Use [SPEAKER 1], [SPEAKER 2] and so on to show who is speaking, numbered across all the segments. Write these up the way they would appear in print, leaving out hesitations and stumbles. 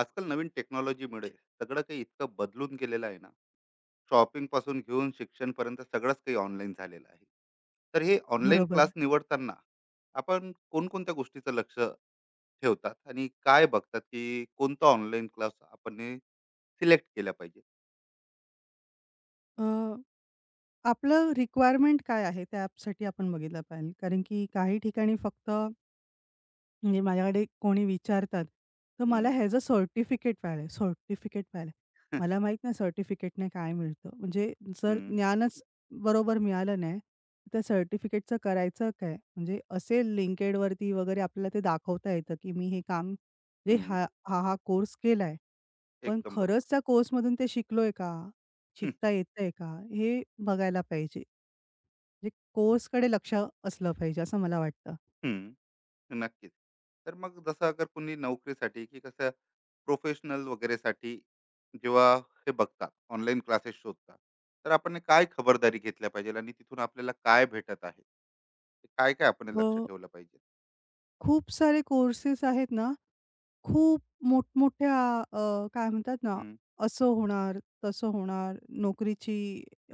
[SPEAKER 1] आजकाल नवीन टेक्नॉलॉजीमुळे सगळं काही इतकं बदलून गेलेलं आहे ना. शॉपिंग पासून घेऊन शिक्षणपर्यंत सगळंच काही ऑनलाईन झालेलं आहे. तर हे ऑनलाईन क्लास
[SPEAKER 2] बरोबर.
[SPEAKER 1] निवडताना आपण कोणकोणत्या गोष्टीचं लक्ष ठेवतात आणि काय बघतात, की कोणता ऑनलाईन क्लास आपण सिलेक्ट केला पाहिजे?
[SPEAKER 2] अ, आपलं रिक्वायरमेंट काय आहे त्या ॲपसाठी आपण बघितलं पाहिजे. कारण की काही ठिकाणी फक्त म्हणजे माझ्याकडे कोणी विचारतात, तर मला
[SPEAKER 1] हम्म,
[SPEAKER 2] ह्याचं सर्टिफिकेट पाहिलं मला माहीत नाही सर्टिफिकेटने काय मिळतं? म्हणजे जर
[SPEAKER 1] हम्म,
[SPEAKER 2] ज्ञानच बरोबर मिळालं नाही, तर सर्टिफिकेटचं करायचं काय? म्हणजे असे LinkedInवरती वगैरे आपल्याला ते दाखवता येतं, की मी हे काम म्हणजे
[SPEAKER 1] हम्म,
[SPEAKER 2] हा हा, हा कोर्स केला आहे. पण
[SPEAKER 1] एकदम बरोबर.
[SPEAKER 2] खरंच त्या कोर्समधून ते शिकलोय का? शिकता येतंय का? हे बघायला पाहिजे. म्हणजे कोर्सकडे लक्ष असलं पाहिजे असं मला वाटतं.
[SPEAKER 1] हम्म, नक्कीच. तर मग जसं अगर कोणी नोकरीसाठी, की कसं प्रोफेशनल वगैरेसाठी जेव्हा हे बघतात, ऑनलाईन क्लासेस शोधतात, तर आपण हे काय खबरदारी घेतल्या पाहिजे आणि तिथून आपल्याला काय भेटत आहे, ते काय काय आपण हे लक्ष
[SPEAKER 2] अ,
[SPEAKER 1] ठेवलं पाहिजे?
[SPEAKER 2] खूप सारे कोर्सेस आहेत ना, खूप मोठमोठ्या काय म्हणतात ना,
[SPEAKER 1] हम्म,
[SPEAKER 2] असं होणार, तसं होणार, नोकरीची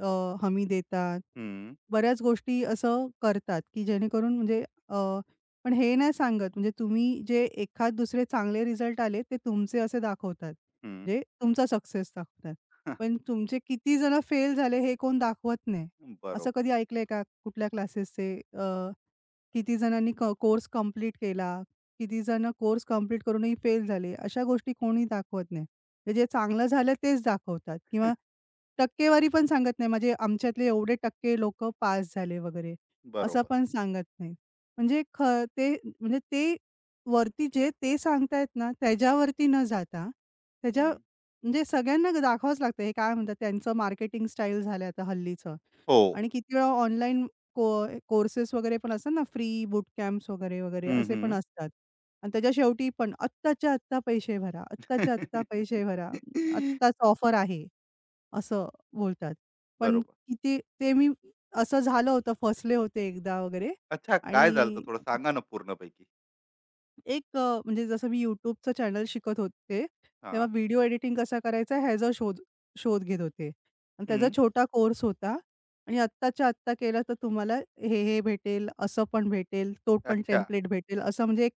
[SPEAKER 2] अ, हमी देतात.
[SPEAKER 1] हम्म,
[SPEAKER 2] बऱ्याच गोष्टी असं करतात, की जेणेकरून म्हणजे अ, पण हे नाही सांगत म्हणजे तुम्ही जे एखाद दुसरे चांगले रिझल्ट आले ते तुमचे असे दाखवतात.
[SPEAKER 1] हम्म.
[SPEAKER 2] म्हणजे तुमचा सक्सेस दाखवतात. पण तुमचे किती जण फेल झाले हे कोण दाखवत नाही. असं
[SPEAKER 1] बरोबर.
[SPEAKER 2] कधी ऐकलंय का कुठल्या क्लासेसचे किती जणांनी कोर्स कंप्लीट केला, किती जण कोर्स कंप्लीट करूनही फेल झाले, अशा गोष्टी कोणी दाखवत नाही. ते जे चांगलं झालं तेच दाखवतात किंवा टक्केवारी पण सांगत नाही. म्हणजे आमच्यातले एवढे टक्के लोकं पास झाले वगैरे, असं
[SPEAKER 1] बरोबर.
[SPEAKER 2] पण सांगत नाही. म्हणजे ख ते म्हणजे ते वरती जे ते सांगतायत ना, त्याच्यावरती न जाता त्याच्या
[SPEAKER 1] हम्म.
[SPEAKER 2] म्हणजे सगळ्यांना दाखवावंच लागतं. हे काय म्हणतात त्यांचं मार्केटिंग स्टाईल झालं आता हल्लीचं
[SPEAKER 1] हो.
[SPEAKER 2] आणि किती वेळा ऑनलाईन कोर्सेस वगैरे पण असतात ना, फ्री बूट कॅम्प्स वगैरे, वगैरे
[SPEAKER 1] हम्म,
[SPEAKER 2] असे पण
[SPEAKER 1] हम्म.
[SPEAKER 2] असतात. आणि त्याच्या शेवटी पण आत्ताच्या आत्ता पैसे भरा, आत्ताच्या आत्ता पैसे भरा, आत्ताच ऑफर आहे, असं बोलतात. पण
[SPEAKER 1] बरोबर.
[SPEAKER 2] किती ते मी असं झालं होतं, फसले होते एकदा वगैरे
[SPEAKER 1] अच्छा, काय झालं होतं?
[SPEAKER 2] आणि
[SPEAKER 1] थोडं सांगा ना पूर्णपैकी.
[SPEAKER 2] एक म्हणजे जसं मी YouTubeचं चॅनल शिकत होते, तेव्हा
[SPEAKER 1] हा.
[SPEAKER 2] व्हिडिओ एडिटिंग कसा करायचा ह्याचा शोध शोध घेत होते. आणि त्याचा
[SPEAKER 1] हम्म,
[SPEAKER 2] छोटा कोर्स होता आणि आत्ताच्या आत्ता केला तर तुम्हाला हे भेटेल, असं पण भेटेल, तो पण
[SPEAKER 1] अच्छा.
[SPEAKER 2] टेम्प्लेट भेटेल, असं म्हणजे एक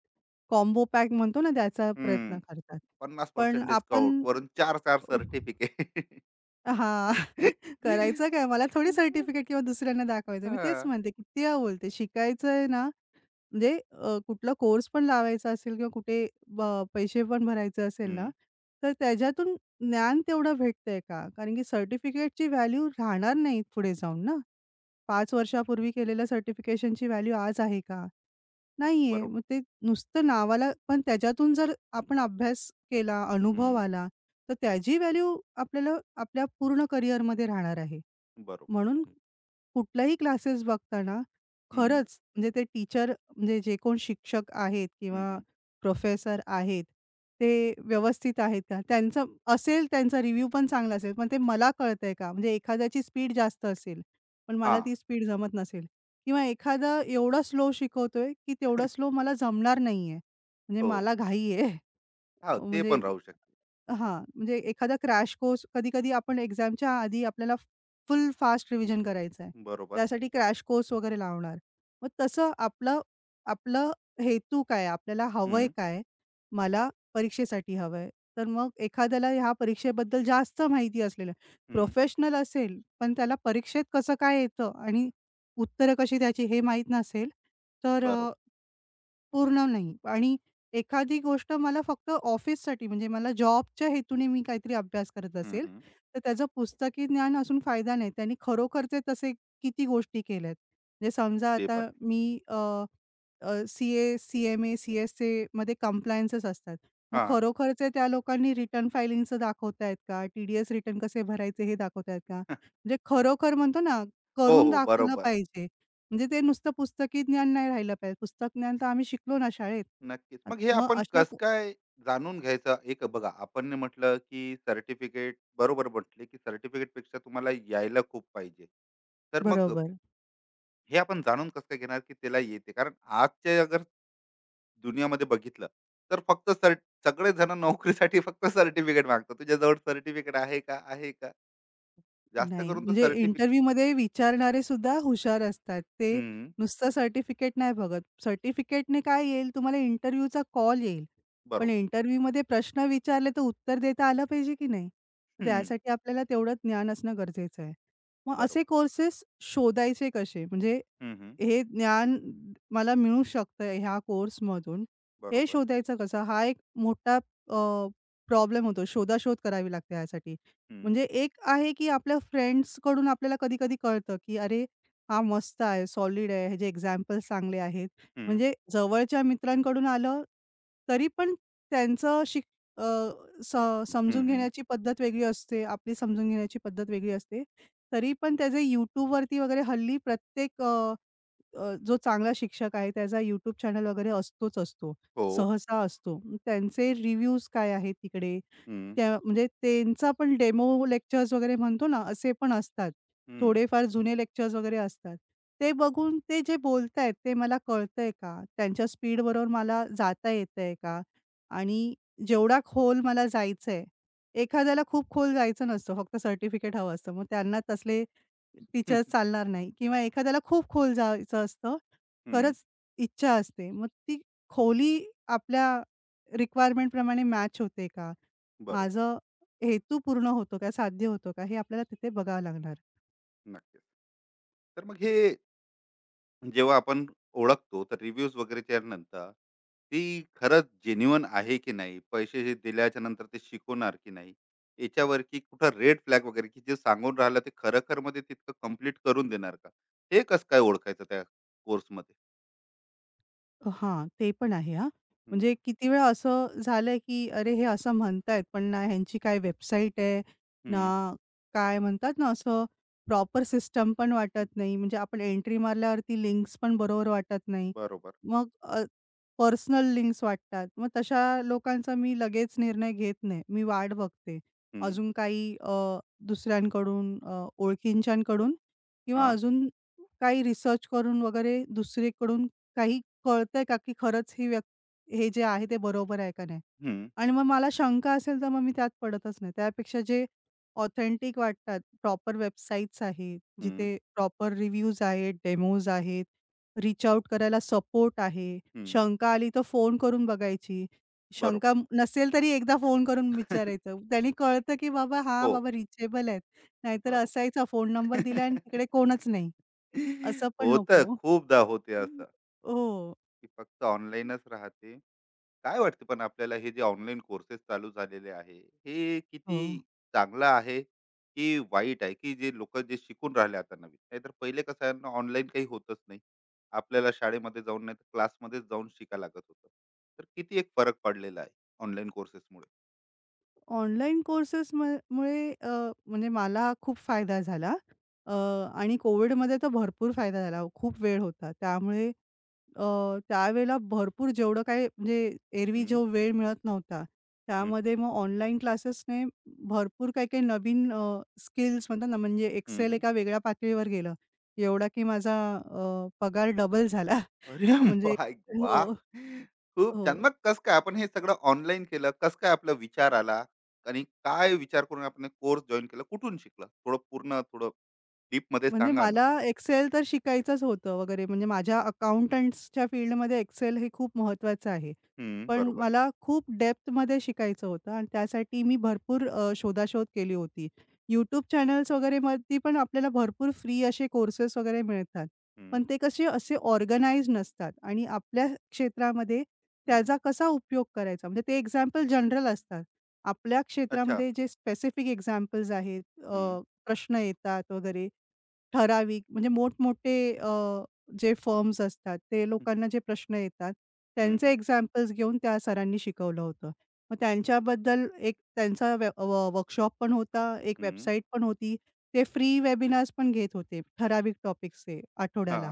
[SPEAKER 2] कॉम्बो पॅक म्हणतो ना त्याचा
[SPEAKER 1] हम्म.
[SPEAKER 2] प्रयत्न करतात.
[SPEAKER 1] पन्नास
[SPEAKER 2] पण
[SPEAKER 1] पर्सेंट डिस्काउंट
[SPEAKER 2] आपण
[SPEAKER 1] वरून चार चार सर्टिफिकेट.
[SPEAKER 2] हां, करायचं काय? मला थोडी सर्टिफिकेट किंवा दुसऱ्यांना दाखवायचं. मी
[SPEAKER 1] हा.
[SPEAKER 2] तेच म्हणते, किती वेळा बोलते, शिकायचंय ना म्हणजे कुठला कोर्स पण लावायचा असेल किंवा कुठे ब पैसे पण भरायचे असेल
[SPEAKER 1] हं,
[SPEAKER 2] ना, तर त्याच्यातून ज्ञान तेवढं भेटतंय का? कारण की सर्टिफिकेटची व्हॅल्यू राहणार नाही पुढे जाऊन ना. 5 वर्षापूर्वी केलेल्या सर्टिफिकेशनची व्हॅल्यू आज आहे का? नाहीये.
[SPEAKER 1] बरोबर.
[SPEAKER 2] मग ते नुसतं नावाला पण त्याच्यातून जर आपण अभ्यास केला,
[SPEAKER 1] हं,
[SPEAKER 2] अनुभव आला, तर त्याची व्हॅल्यू आपल्याला आपल्या पूर्ण करिअरमध्ये राहणार आहे.
[SPEAKER 1] बरोबर.
[SPEAKER 2] म्हणून कुठलाही क्लासेस बघताना
[SPEAKER 1] हं,
[SPEAKER 2] खरंच म्हणजे ते टीचर म्हणजे जे कोण शिक्षक आहेत
[SPEAKER 1] हं,
[SPEAKER 2] किंवा
[SPEAKER 1] हं.
[SPEAKER 2] प्रोफेसर आहेत, ते व्यवस्थित आहेत का? त्यांचं असेल त्यांचा रिव्ह्यू पण चांगला असेल, पण ते मला कळतंय का? म्हणजे एखाद्याची स्पीड जास्त असेल, पण मला
[SPEAKER 1] हां.
[SPEAKER 2] ती स्पीड जमत नसेल किंवा एखादा एवढा स्लो शिकवतोय, की तेवढा स्लो मला जमणार नाहीये. म्हणजे
[SPEAKER 1] हो.
[SPEAKER 2] मला घाई आहे.
[SPEAKER 1] हां, ते
[SPEAKER 2] म्हणजे
[SPEAKER 1] पण राहू शकते.
[SPEAKER 2] हां, म्हणजे एखादा क्रॅश कोर्स कधी-कधी आपण एक्झामच्या आधी आपल्याला फुल फास्ट रिव्हिजन करायचं आहे.
[SPEAKER 1] बरोबर.
[SPEAKER 2] त्यासाठी क्रॅश कोर्स वगैरे लावणार. मग तसं आपलं आपलं हेतू काय? आपल्याला हवंय
[SPEAKER 1] हं,
[SPEAKER 2] काय? मला परीक्षेसाठी हवंय. तर मग एखाद्याला ह्या परीक्षेबद्दल जास्त माहिती असलेलं
[SPEAKER 1] हं.
[SPEAKER 2] प्रोफेशनल असेल, पण त्याला परीक्षेत कसं काय येतं आणि उत्तरं कशी द्यायची हे माहीत नसेल, तर
[SPEAKER 1] बरोबर.
[SPEAKER 2] पूर्ण नाही आणि एखादी गोष्ट मला फक्त ऑफिससाठी म्हणजे मला जॉबच्या हेतूने मी काहीतरी अभ्यास करत
[SPEAKER 1] हं,
[SPEAKER 2] असेल,
[SPEAKER 1] हं.
[SPEAKER 2] तर त्याचं पुस्तकी ज्ञान असून फायदा नाही. त्यांनी खरोखरचे तसे किती गोष्टी केल्यात. म्हणजे समजा
[SPEAKER 1] ते
[SPEAKER 2] आता
[SPEAKER 1] पण आहे.
[SPEAKER 2] मी सी-ए, सी-एम-ए, सी-एस-ए मध्ये कम्प्लायन्सेस असतात. मग
[SPEAKER 1] हां.
[SPEAKER 2] खरोखरचे त्या लोकांनी रिटर्न फायलिंगचं दाखवतायत का? टी-डी-एस रिटर्न कसे भरायचे हे दाखवतायत का? म्हणजे खरोखर म्हणतो ना,
[SPEAKER 1] हो,
[SPEAKER 2] करून
[SPEAKER 1] हो.
[SPEAKER 2] दाखवलं
[SPEAKER 1] बरोबर.
[SPEAKER 2] पाहिजे. म्हणजे ते नुसतं पुस्तकी ज्ञान नाही राहिलं पाहिजे. पुस्तक ज्ञान तर आम्ही शिकलो ना शाळेत.
[SPEAKER 1] नक्कीच.
[SPEAKER 2] आत-
[SPEAKER 1] मग हे
[SPEAKER 2] मग
[SPEAKER 1] आपण
[SPEAKER 2] अशा
[SPEAKER 1] कसं
[SPEAKER 2] को-
[SPEAKER 1] काय जाणून घ्यायचं? एक बघा, आपण ने म्हटलं, की सर्टिफिकेट बरोबर म्हटले, की सर्टिफिकेटपेक्षा तुम्हाला यायला खूप पाहिजे. तर मग
[SPEAKER 2] बरोबर.
[SPEAKER 1] हे आपण जाणून कसं काय घेणार, की त्याला येते? कारण आजच्या अगर दुनियामध्ये बघितलं तर फक्त सर सगळे जण नोकरीसाठी फक्त सर्टिफिकेट मागतात, तुझ्याजवळ सर्टिफिकेट आहे का, आहे का, जास्त
[SPEAKER 2] नाही.
[SPEAKER 1] करून तर
[SPEAKER 2] म्हणजे
[SPEAKER 1] सर्टिफिकेट.
[SPEAKER 2] इंटरव्ह्यूमध्ये विचारणारे सुद्धा हुशार असतात. ते नुसतं सर्टिफिकेट नाही बघत. सर्टिफिकेटने काय येईल? तुम्हाला इंटरव्ह्यूचा कॉल येईल. पण
[SPEAKER 1] बरोबर.
[SPEAKER 2] इंटरव्ह्यूमध्ये प्रश्न विचारले तर उत्तर देता आलं पाहिजे की नाही?
[SPEAKER 1] हम्म.
[SPEAKER 2] त्यासाठी आपल्याला तेवढं ज्ञान असणं गरजेचं आहे. मग असे
[SPEAKER 1] बरोबर.
[SPEAKER 2] कोर्सेस शोधायचे कसे? म्हणजे
[SPEAKER 1] हम्म हम्म,
[SPEAKER 2] हे ज्ञान मला मिळू शकतंय ह्या कोर्समधून, हे
[SPEAKER 1] बरोबर.
[SPEAKER 2] शोधायचं कसं? हा एक मोठा प्रॉब्लेम होतो. शोधाशोध करावी लागते ह्यासाठी.
[SPEAKER 1] हम्म
[SPEAKER 2] म्हणजे एक आहे, की आपल्या कड़ून आपल्याला कधी-कधी कळतं, की "अरे, हा मस्त आहे, सॉलिड आहे, ह्याचे एक्झाम्पल्स चांगले आहेत."
[SPEAKER 1] हम्म
[SPEAKER 2] म्हणजे जवळच्या मित्रांकडून आलं, तरी पण त्यांचं शिक अ, स
[SPEAKER 1] हम्म
[SPEAKER 2] समजून
[SPEAKER 1] हम्म,
[SPEAKER 2] घेण्याची पद्धत वेगळी असते, आपली समजून घेण्याची पद्धत वेगळी असते. तरी पण त्याचे YouTubeवरती वगैरे हल्ली प्रत्येक जो चांगला शिक्षक आहे त्याचा YouTube चॅनल वगैरे असतोच असतो.
[SPEAKER 1] हो.
[SPEAKER 2] सहसा असतो. त्यांचे रिव्ह्यूज काय आहेत तिकडे?
[SPEAKER 1] हम्म
[SPEAKER 2] त्या म्हणजे त्यांचा पण डेमो लेक्चर्स वगैरे म्हणतो ना, असे पण असतात.
[SPEAKER 1] हम्म
[SPEAKER 2] थोडेफार जुने लेक्चर्स वगैरे असतात. ते बघून ते जे बोलतायत ते मला कळतंय का? त्यांच्या स्पीड बरोबर मला जाता येतंय का? आणि जेवढा खोल मला जायचंय, एखाद्याला खूप खोल जायचं नसतं, फक्त सर्टिफिकेट हवं असतं. मग त्यांना तसले टीचर्स
[SPEAKER 1] हम्म,
[SPEAKER 2] चालणार नाही किंवा एखाद्याला खूप खोल जायचं असतं.
[SPEAKER 1] हम्म,
[SPEAKER 2] खरंच इच्छा असते. मग ती खोली आपल्या रिक्वायरमेंटप्रमाणे मॅच होते का?
[SPEAKER 1] बरोबर.
[SPEAKER 2] माझं हेतू पूर्ण होतो का? साध्य होतो का? हे आपल्याला तिथे बघावं लागणार.
[SPEAKER 1] नक्कीच. तर मग हे जेव्हा आपण ओळखतो, तर रिव्ह्यूज वगैरेच्या नंतर ती खरंच जेन्युअन आहे की नाही, पैसे जे दिल्याच्या नंतर ते शिकवणार की नाही, याच्यावर, की कुठं रेड फ्लॅग वगैरे की जे सांगून राहिलं ते खरखर मध्ये तितकं कम्प्लीट करून देणार का, हे कसं काय ओळखायचं त्या कोर्समध्ये?
[SPEAKER 2] हां, ते पण आहे हां.
[SPEAKER 1] हम्म,
[SPEAKER 2] म्हणजे किती वेळा असं झालंय, की अरे हे असं म्हणतायत, पण ना ह्यांची काय वेबसाईट आहे,
[SPEAKER 1] हम्म,
[SPEAKER 2] ना काय म्हणतात ना असं प्रॉपर सिस्टम पण
[SPEAKER 1] हम्म,
[SPEAKER 2] वाटत नाही. म्हणजे आपण एंट्री मारल्यावरती लिंक्स पण बरोबर वाटत नाही.
[SPEAKER 1] बरोबर.
[SPEAKER 2] मग पर्सनल लिंक्स वाटतात. मग तशा लोकांचा मी लगेच निर्णय घेत नाही. मी वाट बघते.
[SPEAKER 1] हम्म.
[SPEAKER 2] अजून काही दुसऱ्यांकडून ओळखींच्याकडून किंवा
[SPEAKER 1] हा.
[SPEAKER 2] अजून काही रिसर्च करून वगैरे दुसरीकडून काही कळतंय का, की खरंच ही व्यक् हे जे आहे ते बरोबर आहे का नाही?
[SPEAKER 1] हम्म,
[SPEAKER 2] आणि मग मला शंका असेल तर मग मी त्यात पडतच नाही. त्यापेक्षा जे ऑथेंटिक वाटतात, प्रॉपर वेबसाईट्स आहेत,
[SPEAKER 1] हम्म,
[SPEAKER 2] जिथे प्रॉपर रिव्ह्यूज आहेत, डेमोज आहेत, रिच आउट करायला सपोर्ट आहे.
[SPEAKER 1] हम्म,
[SPEAKER 2] शंका आली तर फोन करून बघायची.
[SPEAKER 1] बरोबर.
[SPEAKER 2] नसेल तरी एकदा फोन करून विचारायचं. त्याने कळतं, की बाबा हां,
[SPEAKER 1] हो.
[SPEAKER 2] बाबा रिचेबल आहेत. नाहीतर असायचा फोन
[SPEAKER 1] बरोबर.
[SPEAKER 2] नंबर दिला आणि तिकडे कोणच नाही. असं पण
[SPEAKER 1] होत,
[SPEAKER 2] नको.
[SPEAKER 1] खूपदा होते असं,
[SPEAKER 2] हो,
[SPEAKER 1] की फक्त ऑनलाईनच राहते. काय वाटतं पण आपल्याला, हे जे ऑनलाईन कोर्सेस चालू झालेले आहे, हे किती
[SPEAKER 2] हो.
[SPEAKER 1] चांगलं आहे की वाईट आहे? की जे लोकं जे शिकून राहिले आता नवीन, नाहीतर पहिले कसं आहे ना, ऑनलाईन काही होतच नाही. आपल्याला शाळेमध्ये जाऊन नाहीतर क्लासमध्येच जाऊन शिकायला लागत होतं. तर किती एक फरक पडलेला आहे ऑनलाईन कोर्सेसमुळे?
[SPEAKER 2] ऑनलाईन कोर्सेस म मुळे म्हणजे मला खूप फायदा झाला. अ, आणि कोविडमध्ये तर भरपूर फायदा झाला. खूप वेळ होता. त्यामुळे अ, त्यावेळेला भरपूर जेवढं काही म्हणजे एरवी
[SPEAKER 1] हं,
[SPEAKER 2] जो वेळ मिळत नव्हता,
[SPEAKER 1] हं,
[SPEAKER 2] त्यामध्ये मग ऑनलाईन क्लासेसने भरपूर काही-काही नवीन स्किल्स म्हणतात ना, म्हणजे
[SPEAKER 1] हं,
[SPEAKER 2] एक्सेल
[SPEAKER 1] हं.
[SPEAKER 2] एका वेगळ्या पातळीवर गेलं. एवढा की माझा पगार डबल झाला.
[SPEAKER 1] अरे
[SPEAKER 2] म्हणजे
[SPEAKER 1] माय वाह!
[SPEAKER 2] हो,
[SPEAKER 1] खूप
[SPEAKER 2] हो.
[SPEAKER 1] छान. मग कसं काय आपण हे सगळं ऑनलाईन केलं? कसं काय आपला विचार आला आणि काय विचार करून आपण कोर्स जॉइन केला? कुठून शिकला? थोडं पूर्ण थोडं डीपमध्ये
[SPEAKER 2] म्हणजे
[SPEAKER 1] सांगा ना.
[SPEAKER 2] मला एक्सेल तर शिकायचंच होतं वगैरे म्हणजे माझ्या अकाउंटंट्सच्या फील्डमध्ये एक्सेल हे खूप महत्त्वाचं आहे.
[SPEAKER 1] हं,
[SPEAKER 2] पण
[SPEAKER 1] बरोबर.
[SPEAKER 2] मला खूप डेप्थमध्ये शिकायचं होतं आणि त्यासाठी मी भरपूर शोधाशोध केली होती. YouTube चॅनल्स वगैरेवरती पण आपल्याला भरपूर फ्री असे कोर्सेस वगैरे मिळतात.
[SPEAKER 1] हं,
[SPEAKER 2] पण ते कसे असे ऑर्गनाइज नसतात आणि आपल्या क्षेत्रामध्ये
[SPEAKER 1] हं.
[SPEAKER 2] त्याचा कसा उपयोग करायचा म्हणजे ते एक्झाम्पल जनरल असतात. आपल्या
[SPEAKER 1] अच्छा.
[SPEAKER 2] क्षेत्रामध्ये जे स्पेसिफिक एक्झाम्पल्स आहेत,
[SPEAKER 1] हं,
[SPEAKER 2] प्रश्न येतात वगैरे ठराविक म्हणजे मोठमोठे जे फर्म्स असतात, ते
[SPEAKER 1] हं,
[SPEAKER 2] लोकांना जे प्रश्न येतात,
[SPEAKER 1] हं,
[SPEAKER 2] त्यांचे
[SPEAKER 1] हं,
[SPEAKER 2] एक्झाम्पल्स घेऊन त्या सरांनी शिकवलं होतं. मग त्यांच्याबद्दल एक त्यांचा व्य व वर्कशॉप पण होता, एक
[SPEAKER 1] हं.
[SPEAKER 2] वेबसाईट पण होती. ते फ्री वेबिनार्स पण घेत होते, ठराविक टॉपिक्सचे आठवड्याला.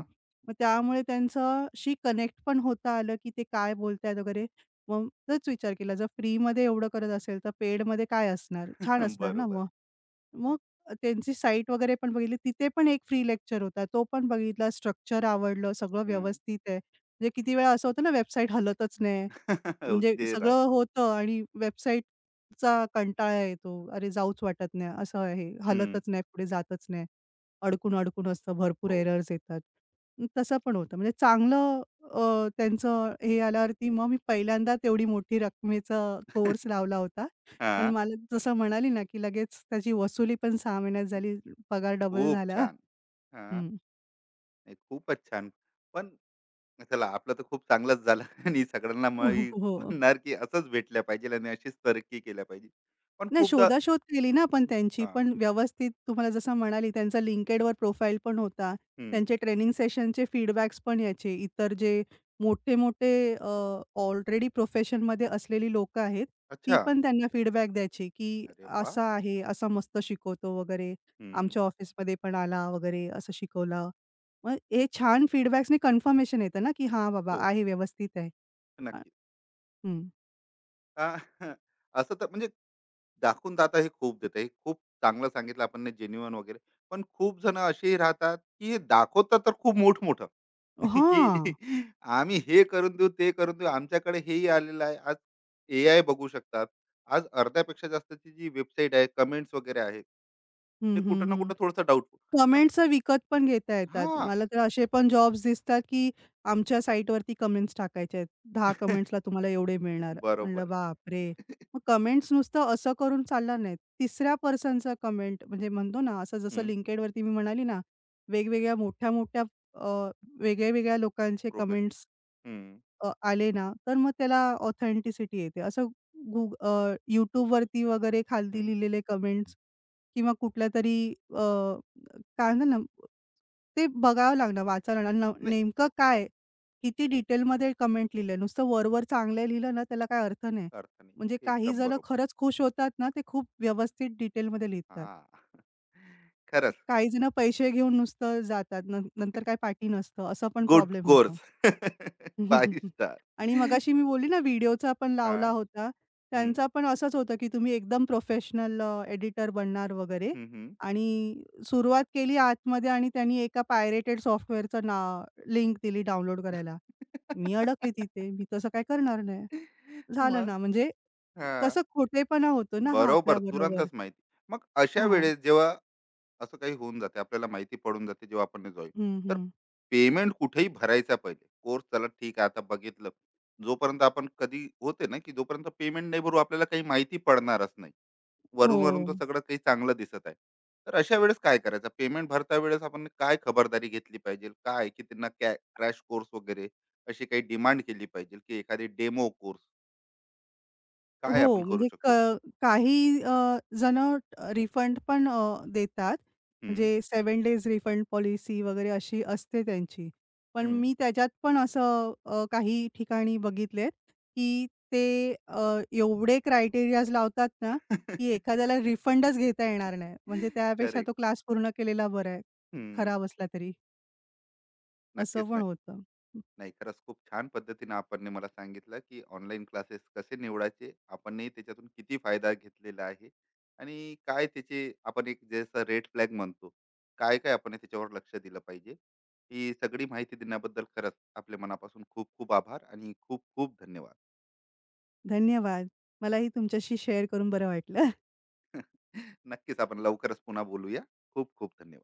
[SPEAKER 2] मग त्यामुळे त्यांच्याशी कनेक्ट पण होता आलं, की ते काय बोलतायत वगैरे. मग तोच विचार केला, जर फ्रीमध्ये एवढं करत असेल, तर पेडमध्ये काय असणार? छान असणार ना
[SPEAKER 1] बरोबर.
[SPEAKER 2] मग. मग त्यांची साइट वगैरे पण बघितली. तिथे पण एक फ्री लेक्चर होता. तो पण बघितला. स्ट्रक्चर आवडलं. सगळं
[SPEAKER 1] हं.
[SPEAKER 2] व्यवस्थित आहे. म्हणजे किती वेळा असं होतं ना, वेबसाईट हलतच नाही. म्हणजे
[SPEAKER 1] ते राज
[SPEAKER 2] सगळं होतं आणि वेबसाईटचा कंटाळा येतो. अरे, जाऊच वाटत नाही. असं आहे.
[SPEAKER 1] हं.
[SPEAKER 2] हलतच नाही, पुढे जातच नाही. अडकून, अडकून असतं. भरपूर
[SPEAKER 1] हो.
[SPEAKER 2] एरर्स येतात. तसं पण होतं. म्हणजे चांगलं अ, त्यांचं हे आल्यावरती मग मी पहिल्यांदा तेवढी मोठी रकमेचा कोर्स लावला होता. पण
[SPEAKER 1] हां.
[SPEAKER 2] मला जसं म्हणाली ना, की लगेच त्याची वसुली पण 6 महिन्यात झाली. पगार डबल
[SPEAKER 1] खूप
[SPEAKER 2] झाला.
[SPEAKER 1] छान. हां.
[SPEAKER 2] हं.
[SPEAKER 1] नाही, खूपच छान. पण चला, आपलं तर खूप चांगलंच झालं. आणि सगळ्यांना
[SPEAKER 2] हो,
[SPEAKER 1] मग ही
[SPEAKER 2] हो.
[SPEAKER 1] म्हणणार, की असंच भेटल्या पाहिजे आणि अशीच तरक्की केल्या पाहिजे. पण
[SPEAKER 2] नाही
[SPEAKER 1] खूपदा
[SPEAKER 2] शोधाशोध केली ना आपण त्यांची,
[SPEAKER 1] हां.
[SPEAKER 2] पण व्यवस्थित तुम्हाला जसं म्हणाली त्यांचा LinkedInवर प्रोफाईल पण होता.
[SPEAKER 1] हं.
[SPEAKER 2] त्यांचे ट्रेनिंग सेशनचे फीडबॅक्स पण याचे, इतर जे मोठे-मोठे ऑलरेडी प्रोफेशनमध्ये असलेली लोकं आहेत, ती
[SPEAKER 1] अच्छा.
[SPEAKER 2] पण त्यांना फीडबॅक द्यायची, की
[SPEAKER 1] अरे वाह!
[SPEAKER 2] असा आहे, असा मस्त शिकवतो वगैरे.
[SPEAKER 1] हं.
[SPEAKER 2] आमच्या ऑफिसमध्ये पण आला वगैरे असं शिकवलं. मग हे छान फीडबॅक्सनी कन्फर्मेशन येतं ना, की हां बाबा
[SPEAKER 1] हो.
[SPEAKER 2] आहे व्यवस्थित आहे. अ,
[SPEAKER 1] नक्कीच.
[SPEAKER 2] हं.
[SPEAKER 1] अ, असं तर म्हणजे दाखवून दाता हे खूप देतं. हे खूप चांगलं सांगितलं आपण, जेन्युइन वगैरे. पण खूप जण असेही राहतात, की हे दाखवतात तर खूप मोठमोठं, की
[SPEAKER 2] हां.
[SPEAKER 1] आम्ही हे करून देऊ, ते करून देऊ. आमच्याकडे हेही आलेलं आहे. आज एआय बघू शकतात. आज अर्ध्यापेक्षा जास्तची जी वेबसाईट आहे, कमेंट्स वगैरे आहेत, ते
[SPEAKER 2] हं, हं,
[SPEAKER 1] कुठं ना
[SPEAKER 2] हं.
[SPEAKER 1] कुठं थोडंसं डाउटफुल. पण
[SPEAKER 2] कमेंट्स विकत पण घेता येतात.
[SPEAKER 1] हां.
[SPEAKER 2] मला तर असे पण जॉब्स दिसतात, की आमच्या साइटवरती कमेंट्स टाकायचे आहेत. 10 कमेंट्सला तुम्हाला एवढे मिळणार. म्हणलं
[SPEAKER 1] बरोबर.
[SPEAKER 2] बापरे! मग कमेंट्स नुसतं असं करून चालणार नाहीत. तिसऱ्या पर्सनचा कमेंट म्हणजे म्हणतो ना, असं जसं
[SPEAKER 1] हं.
[SPEAKER 2] LinkedInवरती मी म्हणाली ना, वेगवेगळ्या मोठ्या-मोठ्या अ, वेगळ्या-वेगळ्या लोकांचे
[SPEAKER 1] प्रोफेशनल.
[SPEAKER 2] कमेंट्स
[SPEAKER 1] हं,
[SPEAKER 2] आले ना, तर मग त्याला ऑथेंटिसिटी येते. गूग अ, YouTubeवरती वगैरे खालती
[SPEAKER 1] हं.
[SPEAKER 2] लिहिलेले कमेंट्स किंवा कुठल्यातरी अ, काय म्हणतात ना, ते बघावं लागलं, वाचावं लागलं.
[SPEAKER 1] नाही,
[SPEAKER 2] नेमकं काय? किती डिटेलमध्ये कमेंट लिहिलंय. नुसतं वर-वर चांगलं लिहिलं ना, त्याला काही अर्थ नाही.
[SPEAKER 1] अर्थ नाही.
[SPEAKER 2] म्हणजे काही
[SPEAKER 1] एकदम
[SPEAKER 2] जणं
[SPEAKER 1] बरोबर.
[SPEAKER 2] खरंच खुश होतात ना, ते खूप व्यवस्थित डिटेलमध्ये लिहितात.
[SPEAKER 1] हां. खरंच.
[SPEAKER 2] काही जणं पैसे घेऊन नुसतं जातात. नंतर काही पाठी नसतं. असा पण
[SPEAKER 1] गुड
[SPEAKER 2] प्रॉब्लेम होतो.
[SPEAKER 1] कोर्स. 5 स्टार.
[SPEAKER 2] आणि मगाशी मी बोलली ना व्हिडिओचा पण लावला
[SPEAKER 1] हां.
[SPEAKER 2] होता.
[SPEAKER 1] हं.
[SPEAKER 2] त्यांचा पण असंच होतं, की तुम्ही एकदम प्रोफेशनल एडिटर बनणार वगैरे
[SPEAKER 1] हं, हं.
[SPEAKER 2] आणि सुरुवात केली आतमध्ये आणि त्यांनी एका पायरेटेड सॉफ्टवेअरचं ना लिंक दिली डाउनलोड करायला. मी अडकली तिथे. मी तसं काय करणार नाही. झालं ना
[SPEAKER 1] मग?
[SPEAKER 2] म्हणजे
[SPEAKER 1] हां.
[SPEAKER 2] कसं खोटेपणा होतो ना हा
[SPEAKER 1] बरोबर.
[SPEAKER 2] आपल्याबरोबर.
[SPEAKER 1] तुरंतच माहिती. मग अशा
[SPEAKER 2] हां.
[SPEAKER 1] वेळेस जेव्हा असं काही होऊन जाते, आपल्याला माहिती पडून जाते जेव्हा आपण जॉइन,
[SPEAKER 2] हं,
[SPEAKER 1] तर
[SPEAKER 2] हं.
[SPEAKER 1] पेमेंट कुठेही भरायचा पहिले. कोर्स, चला ठीक आहे, आता बघितलं. जोपर्यंत आपण कधी होते ना, की जोपर्यंत पेमेंट नाही भरू, आपल्याला काही माहिती पडणारच नाही.
[SPEAKER 2] हो.
[SPEAKER 1] वरून वरून तर सगळं काही चांगलं दिसत आहे, तर अशा वेळेस काय करायचं, पेमेंट भरता वेळेस आपण काय खबरदारी घेतली पाहिजे, काय की त्यांना क्रॅश कोर्स वगैरे अशी काही डिमांड केली पाहिजे, की एखादी डेमो कोर्स, काय आपण
[SPEAKER 2] हो,
[SPEAKER 1] करू
[SPEAKER 2] म्हणजे क
[SPEAKER 1] शकतो?
[SPEAKER 2] काही जणं रिफंड पण देतात.
[SPEAKER 1] हम्म
[SPEAKER 2] म्हणजे 7 डेज रिफंड पॉलिसी वगैरे अशी असते त्यांची. पण
[SPEAKER 1] हम्म
[SPEAKER 2] मी त्याच्यात पण असं काही ठिकाणी बघितलेत, की ते अ, एवढे क्रायटेरियाज लावतात ना, की एखाद्याला रिफंडच घेता येणार नाही. म्हणजे त्यापेक्षा
[SPEAKER 1] करेक्ट.
[SPEAKER 2] तो क्लास पूर्ण केलेला बरा आहे.
[SPEAKER 1] हम्म.
[SPEAKER 2] खराब असला तरी, असं
[SPEAKER 1] नक्कीच,
[SPEAKER 2] पण
[SPEAKER 1] नक्की.
[SPEAKER 2] होतं.
[SPEAKER 1] नाही, खरंच खूप छान पद्धतीने आपण मला सांगितलं, की ऑनलाईन क्लासेस कसे निवडायचे, आपण त्याच्यातून किती फायदा घेतलेला आहे, आणि काय त्याचे आपण एक जसं रेड फ्लॅग म्हणतो, काय काय आपण त्याच्यावर लक्ष दिलं पाहिजे, ही सगळी माहिती देण्याबद्दल खरंच आपल्या मनापासून खूप खूप आभार आणि खूप खूप धन्यवाद.
[SPEAKER 2] धन्यवाद. मलाही तुमच्याशी शेअर करून बरं वाटलं.
[SPEAKER 1] नक्कीच, आपण लवकरच पुन्हा बोलूया. खूप खूप धन्यवाद.